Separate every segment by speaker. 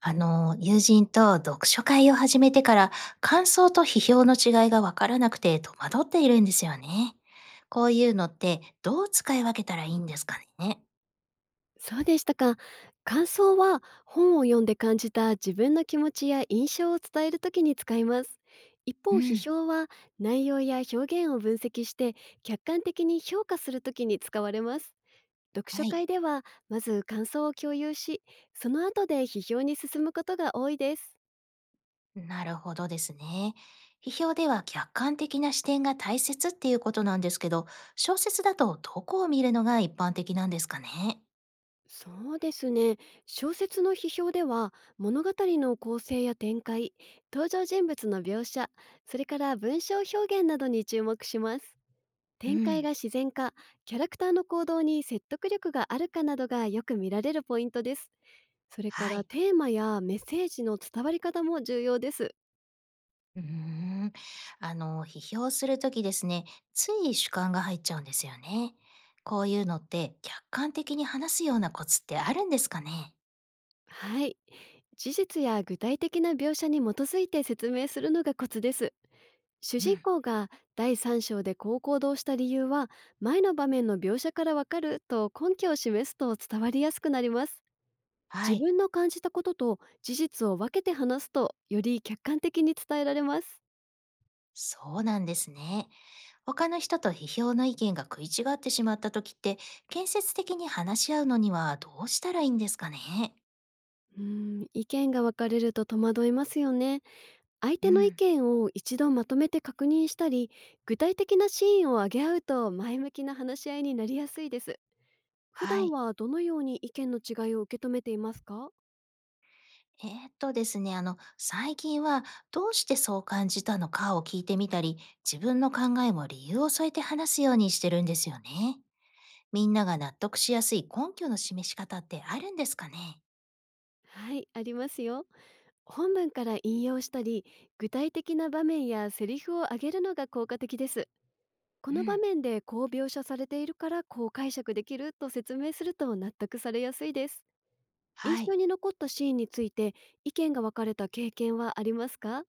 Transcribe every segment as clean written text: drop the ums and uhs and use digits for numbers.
Speaker 1: 友人と読書会を始めてから感想と批評の違いがわからなくて戸惑っているんですよね。こういうのってどう使い分けたらいいんですかね。
Speaker 2: そうでしたか。感想は本を読んで感じた自分の気持ちや印象を伝えるときに使います。一
Speaker 1: う
Speaker 2: 方、批
Speaker 1: ん。
Speaker 2: 評は内容や表現を分析して客観的に評価するときに使われます。読
Speaker 1: は
Speaker 2: 書
Speaker 1: い。
Speaker 2: 会ではまず感想を共有し、その後で批評に進むことが多いです。
Speaker 1: なるほどですね。批評では客観的な視点が大切っていうことなんですけど、小説だとどこを見るのが一般的なんですかね。
Speaker 2: そうですね。小説の批評では物語の構成や展開、登場人物の描写、それから文章表現などに注目します。
Speaker 1: う
Speaker 2: 展開
Speaker 1: ん。
Speaker 2: が自然か、キャラクターの行動に説得力があるかなどがよく見られるポイントです。それか
Speaker 1: は
Speaker 2: ら
Speaker 1: い。
Speaker 2: テーマやメッセージの伝わり方も重要です。
Speaker 1: うーん、批評するときですね、つい主観が入っちゃうんですよね。こういうのって客観的に話すようなコツってあるんですかね？
Speaker 2: はい。事実や具体的な描写に基づいて説明するのがコツです。主
Speaker 1: う
Speaker 2: 人
Speaker 1: ん。
Speaker 2: 公が第三章でこう行動した理由は、前の場面の描写からわかると根拠を示すと伝わりやすくなります。
Speaker 1: は
Speaker 2: 自
Speaker 1: い。
Speaker 2: 分の感じたことと事実を分けて話すと、より客観的に伝えられます。
Speaker 1: そうなんですね。他の人と批評の意見が食い違ってしまったときって、建設的に話し合うのにはどうしたらいいんですかね？
Speaker 2: うん、意見が分かれると戸惑いますよね。相
Speaker 1: う
Speaker 2: 手の意
Speaker 1: ん。
Speaker 2: 見を一度まとめて確認したり、具体的なシーンを挙げ合うと前向きな話し合いになりやすいです。普
Speaker 1: は
Speaker 2: 段
Speaker 1: い。
Speaker 2: はどのように意見の違いを受け止めていますか？
Speaker 1: ですね、あの、最近はどうしてそう感じたのかを聞いてみたり、自分の考えも理由を添えて話すようにしてるんですよね。みんなが納得しやすい根拠の示し方ってあるんですかね？
Speaker 2: はい、ありますよ。本文から引用したり、具体的な場面やセリフを挙げるのが効果的です。こ
Speaker 1: う
Speaker 2: の場
Speaker 1: ん。
Speaker 2: 面でこう描写されているからこう解釈できると説明すると納得されやすいです。印
Speaker 1: は
Speaker 2: 象
Speaker 1: い。
Speaker 2: に残ったシーンについて意見が分かれた経験はありますか？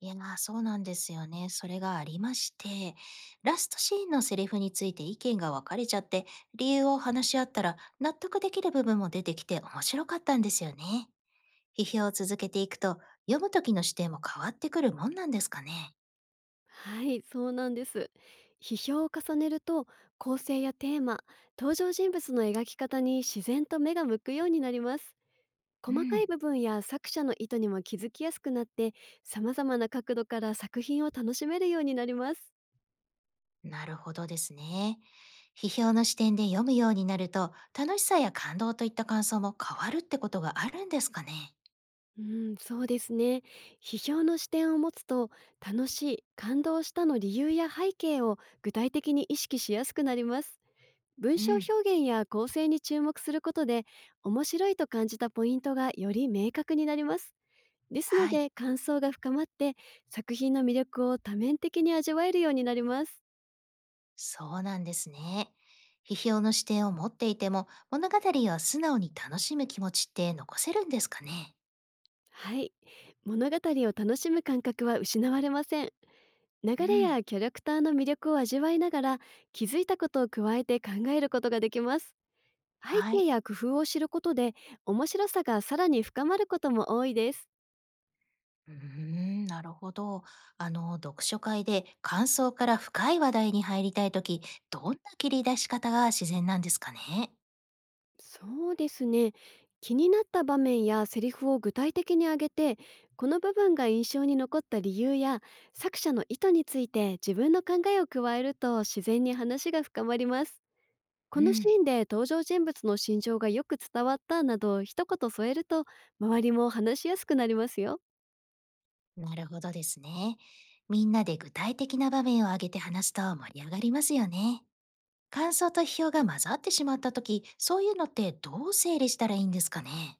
Speaker 1: いやー、そうなんですよね。それがありまして、ラストシーンのセリフについて意見が分かれちゃって、理由を話し合ったら納得できる部分も出てきて面白かったんですよね。批評を続けていくと、読む時の視点も変わってくるもんなんですかね。
Speaker 2: はい、そうなんです。批評を重ねると、構成やテーマ、登場人物の描き方に自然と目が向くようになります。
Speaker 1: う
Speaker 2: 細かい
Speaker 1: ん。
Speaker 2: 部分や作者の意図にも気づきやすくなって、様々な角度から作品を楽しめるようになります。
Speaker 1: なるほどですね。批評の視点で読むようになると、楽しさや感動といった感想も変わるってことがあるんですかね。
Speaker 2: うん、そうですね。批評の視点を持つと、楽しい、感動したの理由や背景を具体的に意識しやすくなります。文
Speaker 1: う
Speaker 2: 章表
Speaker 1: ん。
Speaker 2: 現や構成に注目することで、面白いと感じたポイントがより明確になります。ですの
Speaker 1: はい。
Speaker 2: で、感想が深まって、作品の魅力を多面的に味わえるようになります。
Speaker 1: そうなんですね。批評の視点を持っていても、物語を素直に楽しむ気持ちって残せるんですかね。
Speaker 2: はい。物語を楽しむ感覚は失われません。流
Speaker 1: う
Speaker 2: れ
Speaker 1: ん。
Speaker 2: やキャラクターの魅力を味わいながら、気づいたことを加えて考えることができます。背
Speaker 1: は
Speaker 2: 景
Speaker 1: い。
Speaker 2: や工夫を知ることで、面白さがさらに深まることも多いです。
Speaker 1: うーん、なるほど。読書会で感想から深い話題に入りたいとき、どんな切り出し方が自然なんですかね？
Speaker 2: そうですね。気になった場面やセリフを具体的に挙げて、この部分が印象に残った理由や作者の意図について自分の考えを加えると、自然に話が深まります。
Speaker 1: う
Speaker 2: このシ
Speaker 1: ん。
Speaker 2: ーンで登場人物の心情がよく伝わったなど一言添えると、周りも話しやすくなりますよ。
Speaker 1: なるほどですね。みんなで具体的な場面を挙げて話すと盛り上がりますよね。感想と批評が混ざってしまったとき、そういうのってどう整理したらいいんですかね？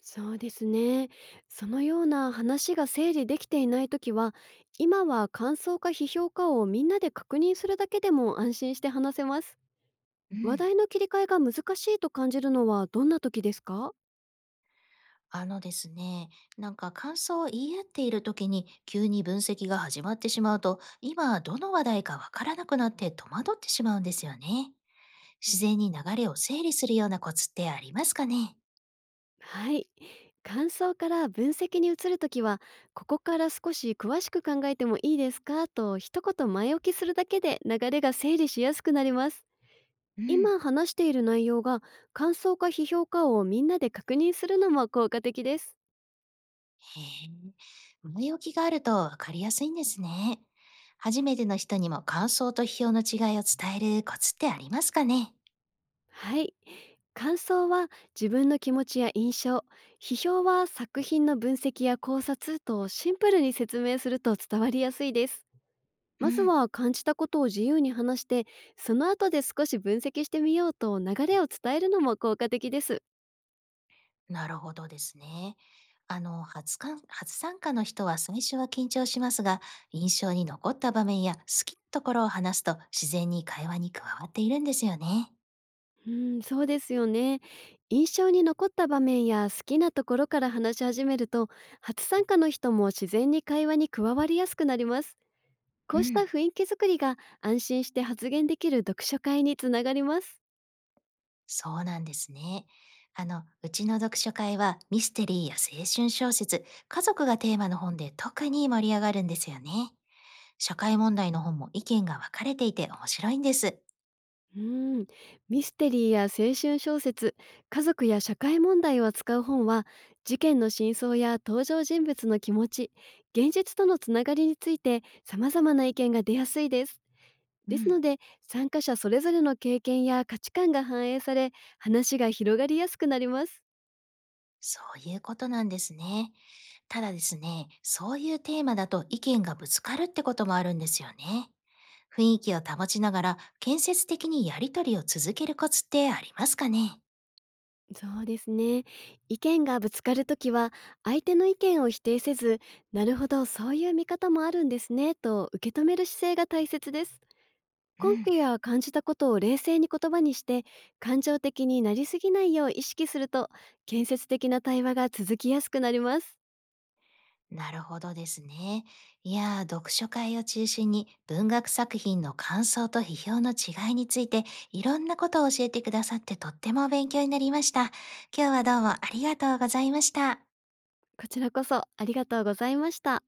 Speaker 2: そうですね。そのような話が整理できていないときは、今は感想か批評かをみんなで確認するだけでも安心して話せます。
Speaker 1: う
Speaker 2: 話
Speaker 1: ん。
Speaker 2: 題の切り替えが難しいと感じるのはどんな時ですか？
Speaker 1: あのですね、なんか感想を言い合っている時に急に分析が始まってしまうと、今どの話題かわからなくなって戸惑ってしまうんですよね。自然に流れを整理するようなコツってありますかね？
Speaker 2: はい。感想から分析に移るときは、ここから少し詳しく考えてもいいですかと一言前置きするだけで流れが整理しやすくなります。
Speaker 1: うん、へえ、
Speaker 2: 今話している内容が感想か批評かをみんなで確認するのも効果的です。
Speaker 1: 前置きがあるとわかりやすいんですね。初めての人にも感想と批評の違いを伝えるコツってありますかね？
Speaker 2: はい。感想は自分の気持ちや印象、批評は作品の分析や考察とシンプルに説明すると伝わりやすいです。
Speaker 1: う
Speaker 2: まず
Speaker 1: ん。
Speaker 2: は感じたことを自由に話して、その後で少し分析してみようと流れを伝えるのも効果的です。
Speaker 1: なるほどですね。初かん初参加の人は最初は緊張しますが、印象に残った場面や好きなところを話すと自然に会話に加わっているんですよね。
Speaker 2: うん、そうですよね。印象に残った場面や好きなところから話し始めると、初参加の人も自然に会話に加わりやすくなります。こ
Speaker 1: う
Speaker 2: うした
Speaker 1: ん。
Speaker 2: 雰囲気づくりが、安心して発言できる読書会につながります。
Speaker 1: そうなんですね。うちの読書会はミステリーや青春小説、家族がテーマの本で特に盛り上がるんですよね。社会問題の本も意見が分かれていて面白いんです。
Speaker 2: うーん、ミステリーや青春小説、家族や社会問題を扱う本は、事件の真相や登場人物の気持ち、現実とのつながりについて様々な意見が出やすいです。
Speaker 1: う
Speaker 2: ですの
Speaker 1: ん。
Speaker 2: で、参加者それぞれの経験や価値観が反映され、話が広がりやすくなります。
Speaker 1: そういうことなんですね。ただですね、そういうテーマだと意見がぶつかるってこともあるんですよね。雰囲気を保ちながら建設的にやりとりを続けるコツってありますかね？
Speaker 2: そうですね。意見がぶつかるときは、相手の意見を否定せず、なるほど、そういう見方もあるんですね、と受け止める姿勢が大切です。
Speaker 1: う
Speaker 2: 根
Speaker 1: ん。
Speaker 2: 拠や感じたことを冷静に言葉にして、感情的になりすぎないよう意識すると、建設的な対話が続きやすくなります。
Speaker 1: なるほどですね。いやー、読書会を中心に文学作品の感想と批評の違いについていろんなことを教えてくださってとっても勉強になりました。今日はどうもありがとうございました。
Speaker 2: こちらこそありがとうございました。